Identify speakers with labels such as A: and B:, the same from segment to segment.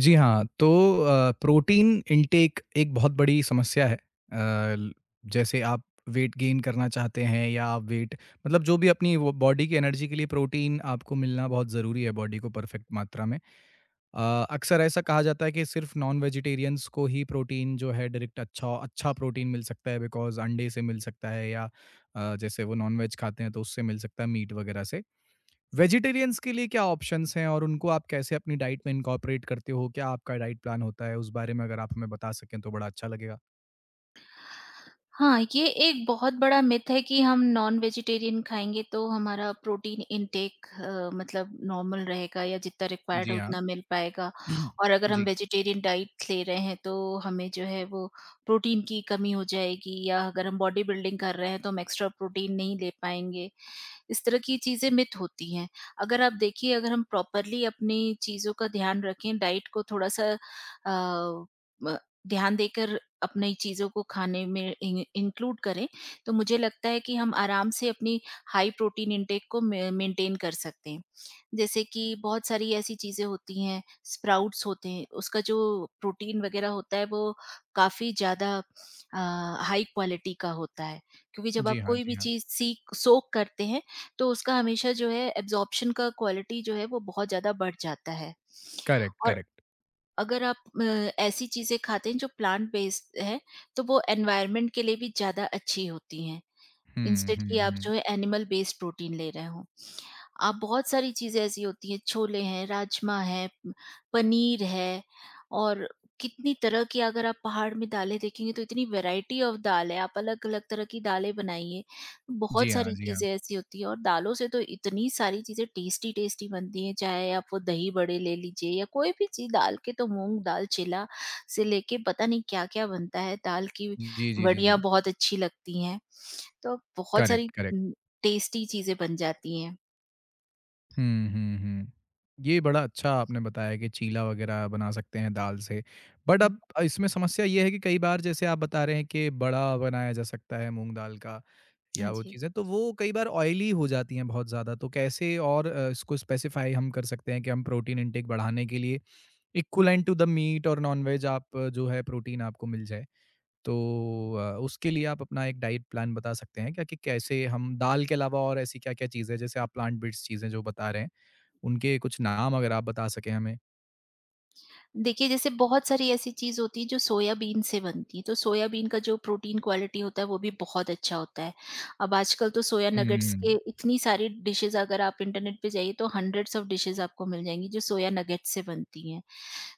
A: जी हाँ, तो protein intake एक बहुत बड़ी समस्या है। अ, ल जैसे आप वेट गेन करना चाहते हैं या आप वेट मतलब जो भी अपनी वो बॉडी की एनर्जी के लिए प्रोटीन आपको मिलना बहुत ज़रूरी है बॉडी को परफेक्ट मात्रा में। अक्सर ऐसा कहा जाता है कि सिर्फ़ नॉन वेजिटेरियंस को ही प्रोटीन जो है डायरेक्ट अच्छा अच्छा प्रोटीन मिल सकता है बिकॉज़ अंडे से मिल सकता है या जैसे वो नॉन वेज खाते हैं तो उससे मिल सकता है मीट वगैरह से। वेजिटेरियंस के लिए क्या ऑप्शंस हैं और उनको आप कैसे अपनी डाइट में इनकॉर्पोरेट करते हो? क्या आपका डाइट प्लान होता है? उस बारे में अगर आप हमें बता सकें तो बड़ा अच्छा लगेगा।
B: हाँ, ये एक बहुत बड़ा मिथ है कि हम नॉन-वेजिटेरियन खाएँगे तो हमारा प्रोटीन इनटेक मतलब नॉर्मल रहेगा या जितना रिक्वायर्ड
A: जी
B: है
A: हाँ।
B: उतना मिल पाएगा। और अगर हम
A: जी,
B: वेजिटेरियन डाइट ले रहे हैं तो हमें जो है वो प्रोटीन की कमी हो जाएगी या अगर हम बॉडी बिल्डिंग कर रहे हैं तो हम एक्स्ट्रा प्रोटीन नहीं ले पाएँगे। इस तरह की चीज़ें मिथ होती हैं। अगर आप देखिए अगर हम प्रॉपरली अपनी चीज़ों का ध्यान रखें, डाइट को थोड़ा-सा ब ध्यान देकर अपनी चीज़ों को खाने में इन इंक्लूड करें, तो मुझे लगता है कि हम आराम से अपनी हाई प्रोटीन इंटेक को मेंटेन कर सकते हैं। जैसे कि बहुत सारी ऐसी चीज़ें होती हैं, स्प्राउट्स होते हैं, उसका जो प्रोटीन वगैरह होता है वो काफ़ी ज़्यादा अ, हाई क्वालिटी का होता है। क्योंकि जब
A: जी
B: आप
A: हाँ,
B: कोई
A: जी
B: भी
A: हाँ।
B: चीज़ सीक सोक करते हैं तो उसका हमेशा जो है एब्ज़ॉर्प्शन का क्वालिटी जो है वो बहुत ज़्यादा बढ़ जाता है।
A: करेक्ट,
B: और
A: करेक्ट।
B: अगर आप अ, ऐसी चीज़ें खाते हैं जो प्लांट बेस्ड है तो वो एनवायरनमेंट के लिए भी ज़्यादा अच्छी होती हैं।
A: हुँ,
B: इंस्टेड
A: हुँ,
B: कि आप
A: हुँ।
B: जो है एनिमल बेस्ड प्रोटीन ले रहे हो। आप बहुत सारी चीज़ें ऐसी होती हैं, छोले हैं, राजमा है, प पनीर है और कितनी तरह की अगर आप पहाड़ में दालें देखेंगे तो इतनी वैरायटी ऑफ दाल है, आप अलग-अलग तरह की दालें बनाइए।
A: जी
B: बहुत
A: हाँ,
B: सारी
A: जी हाँ।
B: चीज़ें ऐसी होती हैं और दालों से तो इतनी सारी चीज़ें टेस्टी-टेस्टी बनती हैं, चाहे आप वो दही बड़े ले लीजिए या कोई भी चीज़ दाल के तो मूँग दाल, चिला से लेके पता नहीं क्या-क्या बनता है, दाल की
A: जी, जी, जी,
B: बड़ियाँ
A: जी।
B: बहुत अच्छी लगती हैं। तो बहुत
A: करेक्ट,
B: सारी
A: करेक्ट।
B: टेस्टी चीज़ें बन जाती हैं।
A: हुँ, हुँ, हुँ। ये बड़ा अच्छा आपने बताया कि चीला वग़ैरह बना सकते हैं दाल से। बट अब इसमें समस्या ये है कि कई बार जैसे आप बता रहे हैं कि बड़ा बनाया जा सकता है मूँग दाल का या
B: हाँ
A: वो
B: जी।
A: चीज़ें, तो वो कई बार ऑयली हो जाती हैं बहुत ज़्यादा। तो कैसे और इसको स्पेसिफ़ाई हम कर सकते हैं कि हम प्रोटीन इनटेक बढ़ाने के लिए इक्विवेलेंट टू द मीट और नॉन-वेज आप जो है प्रोटीन आपको मिल जाए। तो उसके लिए आप अपना एक डाइट प्लान बता सकते हैं क्या कि कैसे हम दाल के अलावा और ऐसी क्या-क्या चीज़ें हैं जैसे आप प्लांट बेस्ड चीज़ें जो बता रहे हैं? उनके कुछ नाम अगर आप बता सकें हमें?
B: देखिए जैसे बहुत सारी ऐसी चीज होती है जो सोयाबीन से बनती है, तो सोयाबीन का जो प्रोटीन क्वालिटी होता है वो भी बहुत अच्छा होता है। अब आजकल तो सोया नगेट्स
A: हुँ,
B: के इतनी सारी डिशेज़ अगर आप इंटरनेट पे जाइए तो हंड्रेड्स ऑफ डिशेज़ आपको मिल जाएँगी जो सोया नगेट्स से बनती हैं।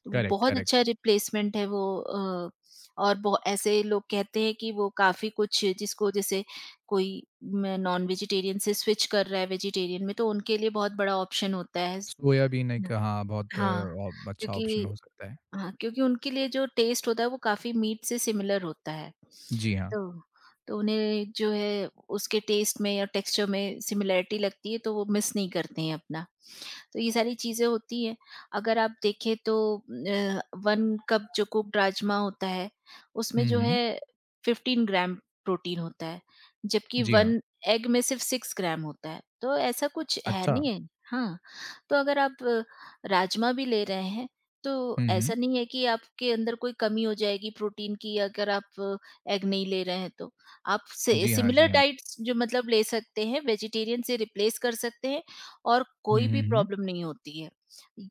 B: तो वो
A: करेक्ट,
B: बहुत
A: करेक्ट।
B: अच्छा रिप्लेसमेंट है वो। और बहु ऐसे लोग कहते हैं कि वो काफ़ी कुछ जिसको जैसे कोई म नॉन वेजिटेरियन से स्विच कर रहा है वेजिटेरियन में तो उनके लिए बहुत बड़ा ऑप्शन होता है। स
A: सोयाबीन एक
B: न
A: हाँ, बहुत
B: हाँ,
A: अच्छा ऑप्शन
B: क्योंकि
A: हो सकता है।
B: हाँ, क्योंकि उनके लिए जो टेस्ट होता है वो काफ़ी मीट से सिमिलर होता है।
A: जी हाँ।
B: तो तो उन्हें जो है उसके टेस्ट में या टेक्सचर में सिमिलैरिटी लगती है तो वो मिस नहीं करते हैं अपना। तो ये सारी चीज़ें होती हैं। अगर आप देखें तो 1 कप जो कुक्ड राजमा होता है, उसमें
A: हुँ,
B: जो
A: हुँ।
B: है 15 ग्राम प्रोटीन होता है, जबकि
A: जी हाँ।
B: 1 एग में सिर्फ़ 6 ग्राम होता है, तो ऐसा कुछ है
A: अच्छा।
B: नहीं है। हाँ, तो अगर आप राजमा भी ले रहे हैं, तो
A: हुँ, हुँ।
B: ऐसा नहीं है कि आपके अंदर कोई कमी हो जाएगी प्रोटीन की अगर आप एग नहीं ले रहे हैं तो। आप सि
A: जी हाँ, जी
B: सिमिलर
A: हाँ।
B: डाइट्स जो मतलब ले सकते हैं, वेजिटेरियन से रिप्लेस कर सकते हैं और
A: हुँ,
B: कोई
A: हुँ,
B: भी
A: हुँ।
B: प्रॉब्लम नहीं होती है।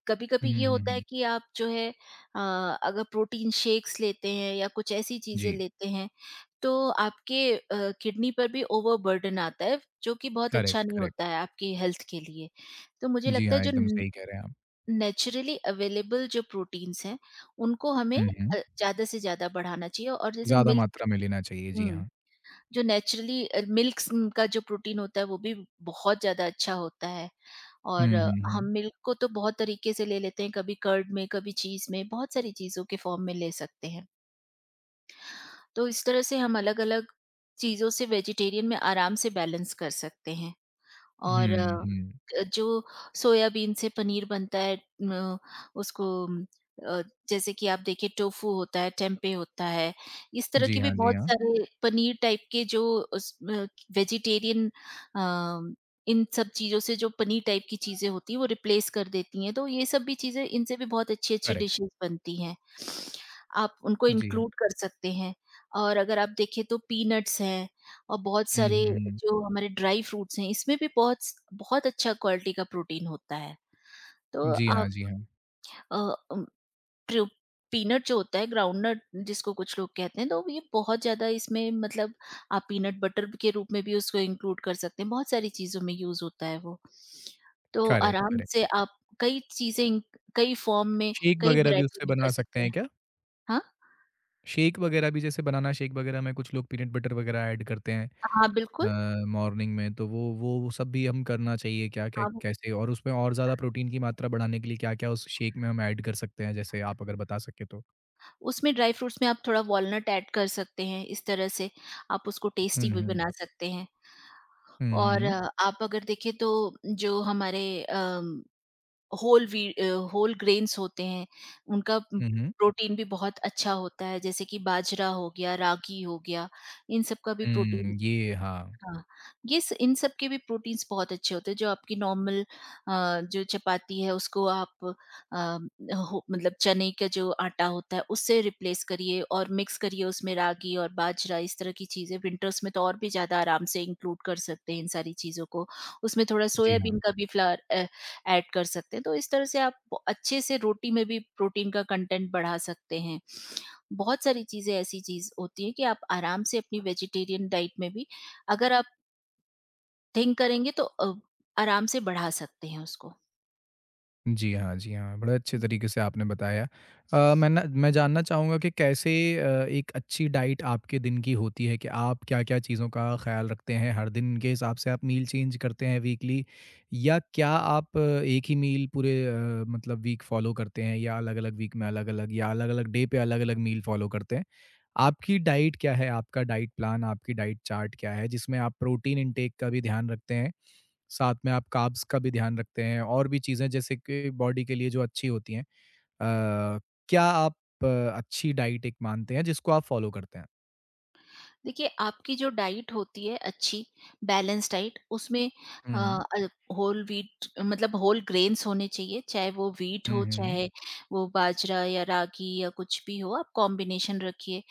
B: कभी कभी
A: हुँ,
B: ये
A: हुँ,
B: होता है
A: हुँ।
B: कि आप जो है अ, अगर प्रोटीन शेक्स लेते हैं या कुछ ऐसी चीजें
A: जी,
B: लेते हैं तो आपके किडनी पर भी ओवरबर्डन आता है जो कि बहुत अच्छा
A: करेक्ट,
B: नहीं होता
A: करेक्ट।
B: है आपकी हेल्थ के लिए। तो मुझे
A: जी
B: लगता है
A: हाँ,
B: जो
A: एकदम
B: न
A: सही कह रहे हैं आप।
B: नेचुरली अवेलेबल जो प्रोटीन्स हैं उनको हमें
A: हुँ, हुँ।
B: ज़्यादा से ज़्यादा बढ़ाना चाहिए और जैसे
A: ज़्यादा
B: मिल्क
A: मात्रा में लेना चाहिए, जी
B: हुँ।
A: हाँ।
B: जो नेचुरली मिल्क स का जो प्रोटीन होता है वो भी बहुत ज़्यादा अच्छा होता है और
A: हुँ, हुँ,
B: हम
A: हुँ।
B: मिल्क को तो बहुत तरीके से ले लेते हैं, कभी कर्ड में, कभी चीज़ में, बहुत सारी चीज़ों के फॉर्म में ले सकते हैं। तो इस तरह से हम अलग-अलग चीज़ों से वेजिटेरियन में आराम से बैलेंस कर सकते हैं। और
A: हुँ, हुँ।
B: जो सोयाबीन से पनीर बनता है उसको अ, जैसे कि आप देखिए टोफू होता है, टेम्पे होता है, इस तरह
A: जी
B: के भी
A: हाँ,
B: हुँ।
A: जी
B: बहुत
A: हाँ।
B: सारे पनीर टाइप के जो उस वेजिटेरियन अ, इन सब चीज़ों से जो पनीर टाइप की चीज़ें होती हैं वो रिप्लेस कर देती हैं, तो ये सब भी चीज़ें इनसे भी बहुत अच्छी-अच्छी
A: करेक्ट,
B: डिशेज़ बनती हैं। आप उनको
A: जी हाँ।
B: इंक्लूड कर सकते हैं और अगर आप देखें तो पीनट्स हैं। और बहुत
A: हुँ,
B: सारे
A: हुँ, हुँ।
B: जो हमारे ड्राई फ्रूट्स हैं इसमें भी बहुत स बहुत अच्छा क्वालिटी का प्रोटीन होता है। तो
A: जी
B: आप
A: हाँ, जी हाँ।
B: अ, उम, प्रू पीनट जो होता है ग्राउंडनट जिसको कुछ लोग कहते हैं, तो ये बहुत ज़्यादा इसमें मतलब आप पीनट बटर के रूप में भी उसको इंक्लूड कर सकते हैं। बहुत सारी चीज़ों में यूज़ होता है वो। तो
A: करेक्ट,
B: आराम
A: करेक्ट।
B: से आप कई चीज़ें कई फॉर्म में,
A: शेक
B: कई
A: वगैरह भी
B: वैरायटी
A: उससे
B: में कर
A: बना सकते
B: सकते
A: हैं
B: हैं।
A: क्या?
B: हाँ?
A: शेक वगैरह भी जैसे बनाना शेक वगैरह में कुछ लोग पीनट बटर वगैरह ऐड करते हैं
B: हाँ, बिल्कुल।
A: मॉर्निंग में तो वो सब भी हम करना चाहिए क्या-क्या
B: हाँ।
A: कैसे और उसमें और ज़्यादा प्रोटीन की मात्रा बढ़ाने के लिए क्या-क्या उस शेक में हम ऐड कर सकते हैं? जैसे आप अगर बता सकें तो?
B: उसमें ड्राई फ्रूट्स में आप थोड़ा वॉलनट ऐड कर सकते हैं, इस तरह से आप उसको
A: हुँ,
B: टेस्टी भी
A: हुँ।
B: बना सकते हैं।
A: हुँ, हुँ,
B: और
A: हुँ।
B: आप अगर देखें तो जो हमारे whole wheat uh, whole grains होते हैं, उनका
A: हुँ, हुँ।
B: प्रोटीन भी बहुत अच्छा होता है, जैसे कि बाजरा हो गया, रागी हो गया, इन सब का भी प्रोटीन।
A: हुँ, ये हाँ।
B: हाँ, ये स इन सब के भी प्रोटीन्स बहुत अच्छे होते हैं, जो आपकी नॉर्मल जो चपाती है उसको आप अ, हो मतलब चने का जो आटा होता है उससे रिप्लेस करिए और मिक्स करिए उसमें रागी और बाजरा इस तरह की चीज़ें विंटर्स में तो और भी ज़्यादा आराम से इंक्लूड कर सकते हैं इन सारी चीज़ों को। उसमें थोड़ा
A: जी हाँ।
B: सोयाबीन का भी फ्लावर ऐड कर सकते हैं, तो इस तरह से आप ब अच्छे से रोटी में भी प्रोटीन का कंटेंट बढ़ा सकते हैं। बहुत सारी चीज़ें ऐसी चीज़ होती है कि आप आराम से अपनी वेजिटेरियन डाइट में भी अगर आप थिंक करेंगे तो आराम से बढ़ा सकते हैं उसको।
A: जी हाँ, जी हाँ। बड़े अच्छे तरीके से आपने बताया। मैं जानना चाहूँगा कि कैसे एक अच्छी डाइट आपके दिन की होती है कि आप क्या-क्या चीज़ों का ख़्याल रखते हैं? हर दिन के हिसाब से आप मील चेंज करते हैं वीकली या क्या आप एक ही मील पूरे मतलब वीक फ़ॉलो करते हैं या अलग-अलग वीक में अलग-अलग या अलग-अलग डे पे अलग-अलग मील फ़ॉलो करते हैं? आपकी डाइट क्या है? आपका डाइट प्लान, आपकी डाइट चार्ट क्या है जिसमें आप प्रोटीन इनटेक का भी ध्यान रखते हैं? साथ में आप कार्ब्स का भी ध्यान रखते हैं और भी चीज़ें जैसे कि बॉडी के लिए जो अच्छी होती हैं। अ, क्या आप अ, अच्छी डाइट एक मानते हैं जिसको आप फ़ॉलो करते हैं?
B: देखिए आपकी जो डाइट होती है अच्छी बैलेंस डाइट उसमें
A: हुँ,
B: अ,
A: हुँ।
B: अ, होल व्हीट मतलब होल ग्रेन्स होने चाहिए चाहे वो व्हीट
A: हुँ,
B: हो
A: हुँ, हुँ।
B: चाहे वो बाजरा या रागी या कुछ भी हो आप कॉम्बिनेशन रखिए।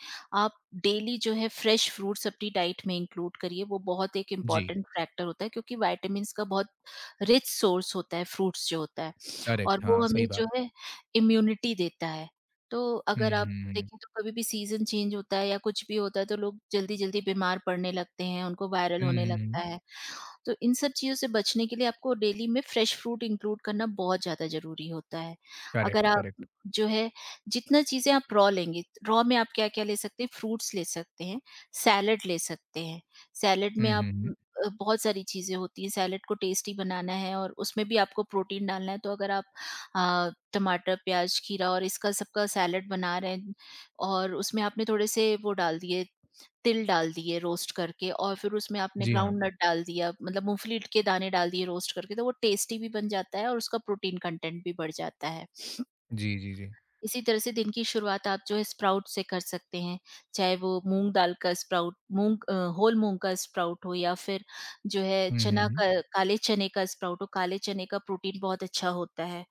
B: आप डेली जो है फ्रेश फ्रूट्स अपनी डाइट में इंक्लूड करिए वो बहुत एक
A: जी,
B: इम्पॉर्टेंट फैक्टर होता है क्योंकि वाइटामिन का बहुत रिच सोर्स होता है फ्रूट्स जो होता है और
A: करेक्ट
B: वो
A: हाँ,
B: हमें
A: सही बात
B: जो
A: है।
B: है इम्यूनिटी देता है। तो अगर
A: हुँ,
B: आप
A: हुँ, हुँ।
B: लेकिन तो कभी भी सीज़न चेंज होता है या कुछ भी होता है तो लोग जल्दी-जल्दी बीमार पड़ने लगते हैं, उनको वायरल
A: हुँ,
B: होने
A: हुँ, हुँ।
B: लगता है। तो इन सब चीज़ों से बचने के लिए आपको डेली में फ्रेश फ्रूट इंक्लूड करना बहुत ज़्यादा ज़रूरी होता है। अगर
A: करेक्ट,
B: आप
A: करेक्ट।
B: जो है जितना चीज़ें आप रॉ लेंगे, रॉ में आप क्या-क्या ले सकते हैं फ्रूट्स ले सकते हैं, सैलड ले सकते हैं। सैलड में
A: हुँ,
B: आप
A: हुँ, हुँ।
B: बहुत सारी चीज़ें होती हैं, सैलड को टेस्टी बनाना है और उसमें भी आपको प्रोटीन डालना है तो अगर आप टमाटर, प्याज़, खीरा और इसका सबका सैलड बना रहे हैं और उसमें आपने थोड़े से वो डाल दिए तिल डाल दिए रोस्ट करके और फिर उसमें आपने
A: जी हाँ।
B: ग्राउंड हुँ। नट डाल दिया मतलब मूँगफली के दाने डाल दिए रोस्ट करके तो वो टेस्टी भी बन जाता है और उसका प्रोटीन कंटेंट भी बढ़ जाता है।
A: जी, जी, जी।
B: इसी तरह से दिन की शुरुआत आप जो है स्प्राउट से कर सकते हैं, चाहे वो मूँग दाल का स्प्राउट होल मूँग का स्प्राउट हो या फिर जो है
A: हुँ, हुँ,
B: चना हुँ।
A: हुँ।
B: का काले चने का स्प्राउट हो, काले चने का प्रोटीन बहुत अच्छा होता है।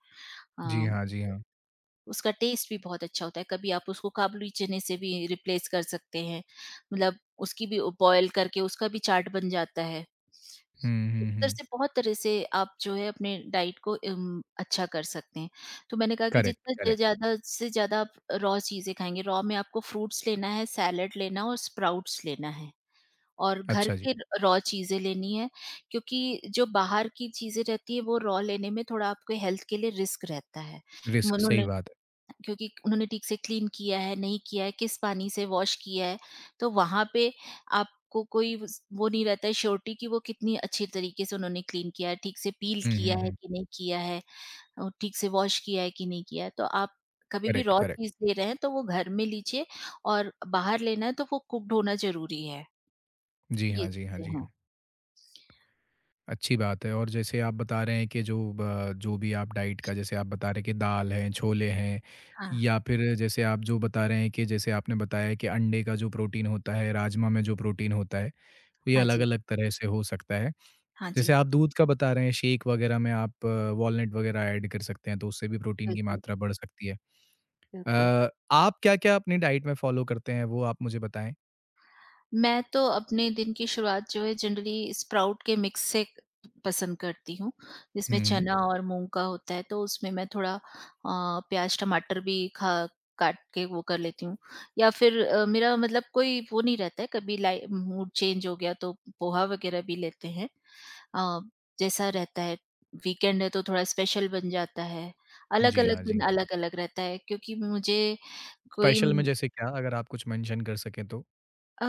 A: जी
B: अ,
A: हाँ, जी हाँ।
B: उसका टेस्ट भी बहुत अच्छा होता है। कभी आप उसको काबुली चने से भी रिप्लेस कर सकते हैं। मतलब उसकी भी बॉयल करके उसका भी चाट बन जाता है।
A: हुँ,
B: इस
A: हुँ,
B: तरह
A: हुँ।
B: से बहुत तरह से आप जो है अपने डाइट को अच्छा कर सकते हैं। तो मैंने कहा कि
A: करेक्ट,
B: जितना ज
A: करेक्ट।
B: ज़्यादा से ज़्यादा आप रॉ चीज़ें खाएँगे, रॉ में आपको फ्रूट्स लेना है, सैलड लेना है और स्प्राउट्स लेना है और घर
A: अच्छा जी,
B: के रॉ चीज़ें लेनी है क्योंकि जो बाहर की चीज़ें रहती है वो रॉ लेने में थोड़ा आपके हेल्थ के लिए रिस्क रहता है।
A: रिस्क सही
B: उन्होंने
A: बात है।
B: क्योंकि उन्होंने ठीक से क्लीन किया है, नहीं किया है, किस पानी से वॉश किया है। तो वहाँ पे आपको कोई वस वो नहीं रहता है श्योरिटी कि वो कितनी अच्छी तरीके से उन्होंने क्लीन किया है, ठीक से पील
A: हुँ, हुँ,
B: किया है
A: हुँ।
B: कि नहीं किया है और ठीक से वॉश किया है कि नहीं किया है। तो आप कभी भी
A: करेक्ट,
B: रॉ
A: करेक्ट।
B: चीज़ ले रहे हैं तो वो घर में लीजिए और बाहर लेना है तो वो कुक्ड होना ज़रूरी है।
A: जी
B: ये
A: हाँ, जी हाँ,
B: चीज़ें
A: जी
B: हैं।
A: हाँ। अच्छी बात है और जैसे आप बता रहे हैं कि जो जो भी आप डाइट का जैसे आप बता रहे हैं कि दाल हैं, छोले हैं
B: हाँ,
A: या फिर जैसे आप जो बता रहे हैं कि जैसे आपने बताया कि अंडे का जो प्रोटीन होता है, राजमा में जो प्रोटीन होता है, तो ये
B: हाँ जी।
A: अलग-अलग तरह से हो सकता है।
B: हाँ
A: जैसे
B: जी।
A: आप दूध का बता रहे हैं, शेक वगैरह में आप वॉलनट वगैरह ऐड कर सकते हैं, तो उससे भी प्रोटीन की
B: बिल्कुल,
A: मात्रा बढ़ सकती है।
B: बिल्कुल।
A: आप क्या-क्या अपनी डाइट में फ़ॉलो करते हैं, वो आप मुझे बताएँ?
B: मैं तो अपने दिन की शुरुआत जो है जनरली स्प्राउट के मिक्स से पसंद करती हूँ,
A: हुँ,
B: जिसमें
A: हुँ।
B: चना और मूँग का होता है तो उसमें मैं थोड़ा प्याज़ टमाटर भी खा काट के वो कर लेती हूँ या फिर मेरा मतलब कोई वो नहीं रहता है कभी लाइ मूड चेंज हो गया तो पोहा वग़ैरह भी लेते हैं। अ, जैसा रहता है वीकेंड है तो थोड़ा स्पेशल बन जाता है।
A: जी हाँ,
B: अलग-अलग दिन
A: जी।
B: अलग-अलग रहता है, क्योंकि मुझे कोई
A: स्पेशल में जैसे क्या? अगर आप कुछ मेंशन कर सकें तो?
B: अ,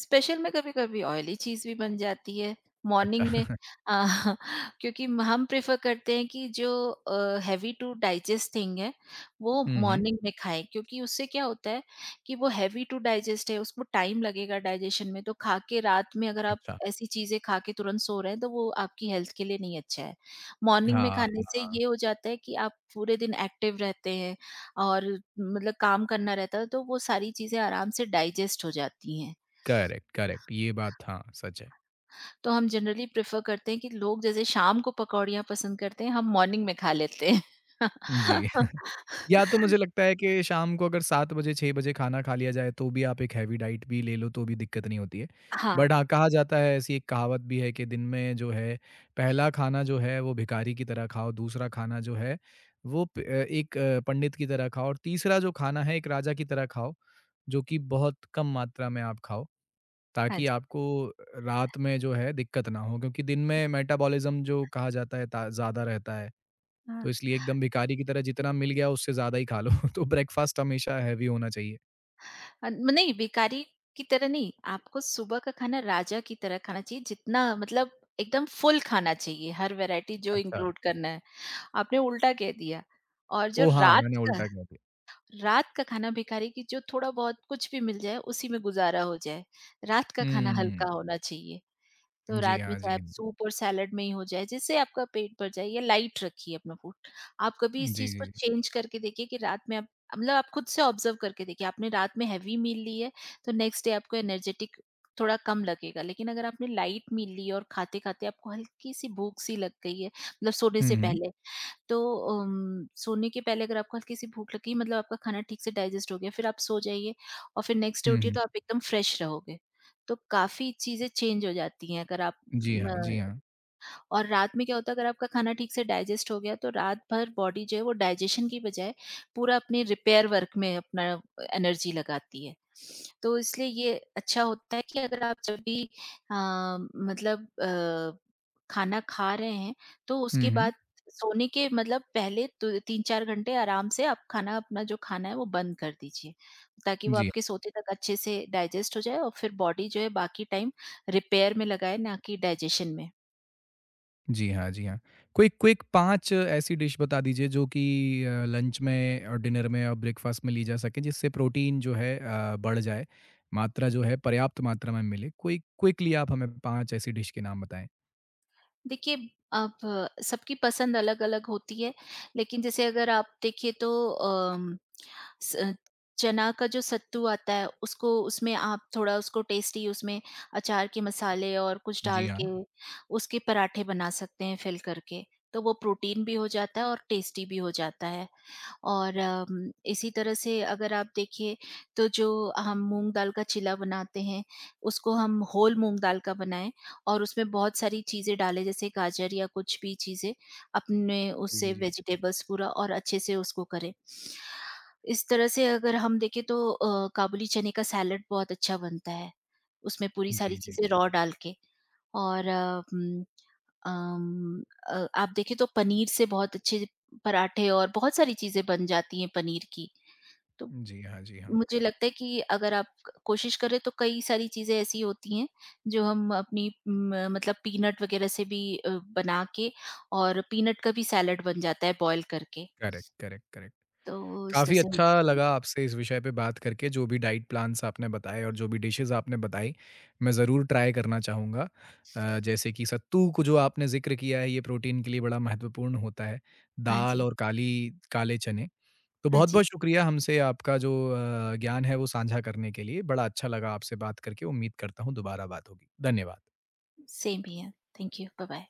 B: स्पेशल में कभी-कभी ऑयली चीज़ भी बन जाती है
A: अच्छा।
B: मॉर्निंग में। अ, क्योंकि हम प्रेफ़र करते हैं कि जो हेवी टू डाइजेस्ट थिंग है, वो
A: हुँ, हुँ।
B: मॉर्निंग में खाएँ, क्योंकि उससे क्या होता है कि वो हेवी टू डाइजेस्ट है, उसको टाइम लगेगा डाइजेशन में। तो खा के रात में अगर आप
A: अच्छा,
B: ऐसी चीज़ें खा के तुरंत सो रहे हैं, तो वो आपकी हेल्थ के लिए नहीं अच्छा है। मॉर्निंग
A: हाँ,
B: में
A: हाँ,
B: खाने से
A: हाँ।
B: ये हो जाता है कि आप पूरे दिन एक्टिव रहते हैं, और मतलब काम करना रहता है, तो वो सारी चीज़ें आराम से डाइजेस्ट हो जाती हैं।
A: करेक्ट, करेक्ट, ये बात हाँ, सच है।
B: तो हम जनरली प्रेफ़र करते हैं कि लोग जैसे शाम को पकौड़ियाँ पसंद करते हैं, हम मॉर्निंग में खा लेते हैं।
A: जी, या तो मुझे लगता है कि शाम को अगर 7 बजे, 6 बजे खाना खा लिया जाए, तो भी आप एक हैवी डाइट भी ले लो, तो भी दिक्कत नहीं होती है।
B: हाँ,
A: बट हाँ, कहा जाता है, ऐसी एक कहावत भी है कि दिन में जो है, पहला खाना जो है, वो भिखारी की तरह खाओ, दूसरा खाना जो है, एक पंडित की तरह खाओ और तीसरा जो खाना है, एक राजा की तरह खाओ, जो कि बहुत कम मात्रा में आप खाओ।
B: हाँ
A: ताकि
B: जी।
A: आपको रात में जो है दिक्कत ना हो क्योंकि दिन में मेटाबॉलिज्म जो कहा जाता है ज़्यादा रहता है
B: हाँ,
A: तो इसलिए एकदम भिखारी की तरह जितना मिल गया उससे ज़्यादा ही खा लो तो ब्रेकफास्ट हमेशा हैवी होना चाहिए।
B: नहीं, बेकारी की तरह नहीं, आपको सुबह का खाना राजा की तरह खाना चाहिए, जितना मतलब एकदम फुल खाना चाहिए, हर वैरायटी जो
A: अच्छा,
B: इंक्लूड करना है, आपने उल्टा कह दिया। और जो
A: ओह हाँ,
B: रात
A: मैंने
B: का,
A: उल्टा कह दिया।
B: रात का खाना भिखारी की, जो थोड़ा-बहुत कुछ भी मिल जाए उसी में गुज़ारा हो जाए। रात का खाना हुँ।
A: हम्म।
B: हल्का होना चाहिए। तो
A: जी
B: रात में
A: हाँ,
B: चाहे
A: जी
B: आप
A: हाँ।
B: सूप और सैलेड में ही हो जाए, जिससे आपका पेट भर जाए, या लाइट रखिए अपना फूड। आप कभी इस
A: जी,
B: चीज़
A: जी,
B: को
A: जी।
B: चेंज करके देखिए कि रात में आप मतलब आप खुद से ऑब्ज़र्व करके देखिए, आपने रात में हेवी मील ली है तो नेक्स्ट डे आपको एनर्जेटिक थोड़ा कम लगेगा। लेकिन अगर आपने लाइट मील ली और खाते-खाते आपको हल्की-सी भूख-सी लग गई है, मतलब सोने से
A: हम्म,
B: पहले, तो सोने के पहले अगर आपको हल्की सी भूख लगी, मतलब आपका खाना ठीक से डाइजेस्ट हो गया, फिर आप सो जाइए और फिर नेक्स्ट डे
A: हम्म,
B: उठिए तो आप एकदम फ्रेश रहोगे। तो काफी चीजें चेंज हो जाती हैं अगर आप।
A: जी हाँ, जी हाँ।
B: और रात में क्या होता है, अगर आपका खाना ठीक से डाइजेस्ट हो गया तो रात भर बॉडी जो है वो डाइजेशन की बजाय पूरा अपने रिपेयर वर्क में अपना एनर्जी लगाती है। तो इसलिए ये अच्छा होता है कि अगर आप जब भी अ, मतलब खाना खा रहे हैं तो
A: हम्म,
B: उसके
A: हम्म।
B: बाद सोने के मतलब पहले तो 3-4 घंटे आराम से आप खाना, अपना जो खाना है वो बंद कर दीजिए। ताकि वो
A: जी।
B: आपके सोते तक अच्छे से डाइजेस्ट हो जाए और फिर बॉडी जो है बाकी टाइम रिपेयर में लगाए, ना कि डाइजेशन में।
A: जी हाँ, जी हाँ। क्विक क्विक 5 ऐसी डिश बता दीजिए जो कि लंच में और डिनर में और ब्रेकफ़ास्ट में ली जा सके जिससे प्रोटीन जो है बढ़ जाए, मात्रा जो है पर्याप्त मात्रा में मिले। कोई क्विकली आप हमें 5 ऐसी डिश के नाम बताएँ।
B: देखिए, अब सबकी पसंद अलग-अलग होती है, लेकिन जैसे अगर आप देखिए तो अम, स चना का जो सत्तू आता है उसको, उसमें आप थोड़ा उसको टेस्टी, उसमें अचार के मसाले और कुछ
A: जी
B: डाल
A: हाँ।
B: के उसके पराठे बना सकते हैं फिल करके, तो वो प्रोटीन भी हो जाता है और टेस्टी भी हो जाता है। और इसी तरह से अगर आप देखिए तो जो हम मूंग दाल का चिला बनाते हैं, उसको हम होल मूंग दाल का बनाएं और उसमें बहुत सारी चीज़ें डालें, जैसे गाजर या कुछ भी चीज़ें, अपने
A: जी, जी,
B: उससे
A: जी।
B: वेजिटेबल्स पूरा और अच्छे से उसको करें। इस तरह से अगर हम देखें तो काबुली चने का सैलेड बहुत अच्छा बनता है। उसमें पूरी सारी
A: जी, जी।
B: चीज़ें रॉ डाल के। और अम, आप देखें तो पनीर से बहुत अच्छे पराठे और बहुत सारी चीज़ें बन जाती हैं पनीर की। तो
A: जी हाँ, जी हाँ।
B: मुझे लगता है कि अगर आप क कोशिश करें तो कई सारी चीज़ें ऐसी होती हैं जो हम अपनी म मतलब पीनट वग़ैरह से भी बना के, और पीनट का भी सैलेड बन जाता है बॉयल करके।
A: Correct, correct, correct.
B: तो इस तरह
A: काफ़ी
B: से हो
A: अच्छा
B: जाती है।
A: लगा आपसे इस विषय पे बात करके, जो भी डाइट प्लान्स आपने बताए और जो भी डिशेज़ आपने बताई, मैं ज़रूर ट्राई करना चाहूँगा। जैसे कि सत्तू को जो आपने ज़िक्र किया है, ये प्रोटीन के लिए बड़ा महत्वपूर्ण होता है,
B: हाँ
A: दाल
B: जी।
A: और काली काले चने। तो
B: हाँ जी।
A: बहुत-बहुत शुक्रिया हमसे आपका जो ज्ञान है, वो साझा करने के लिए। बड़ा अच्छा लगा आपसे बात करके, उम्मीद करता हूँ दोबारा बात होगी। धन्यवाद।
B: Same here. Thank you. Bye-bye.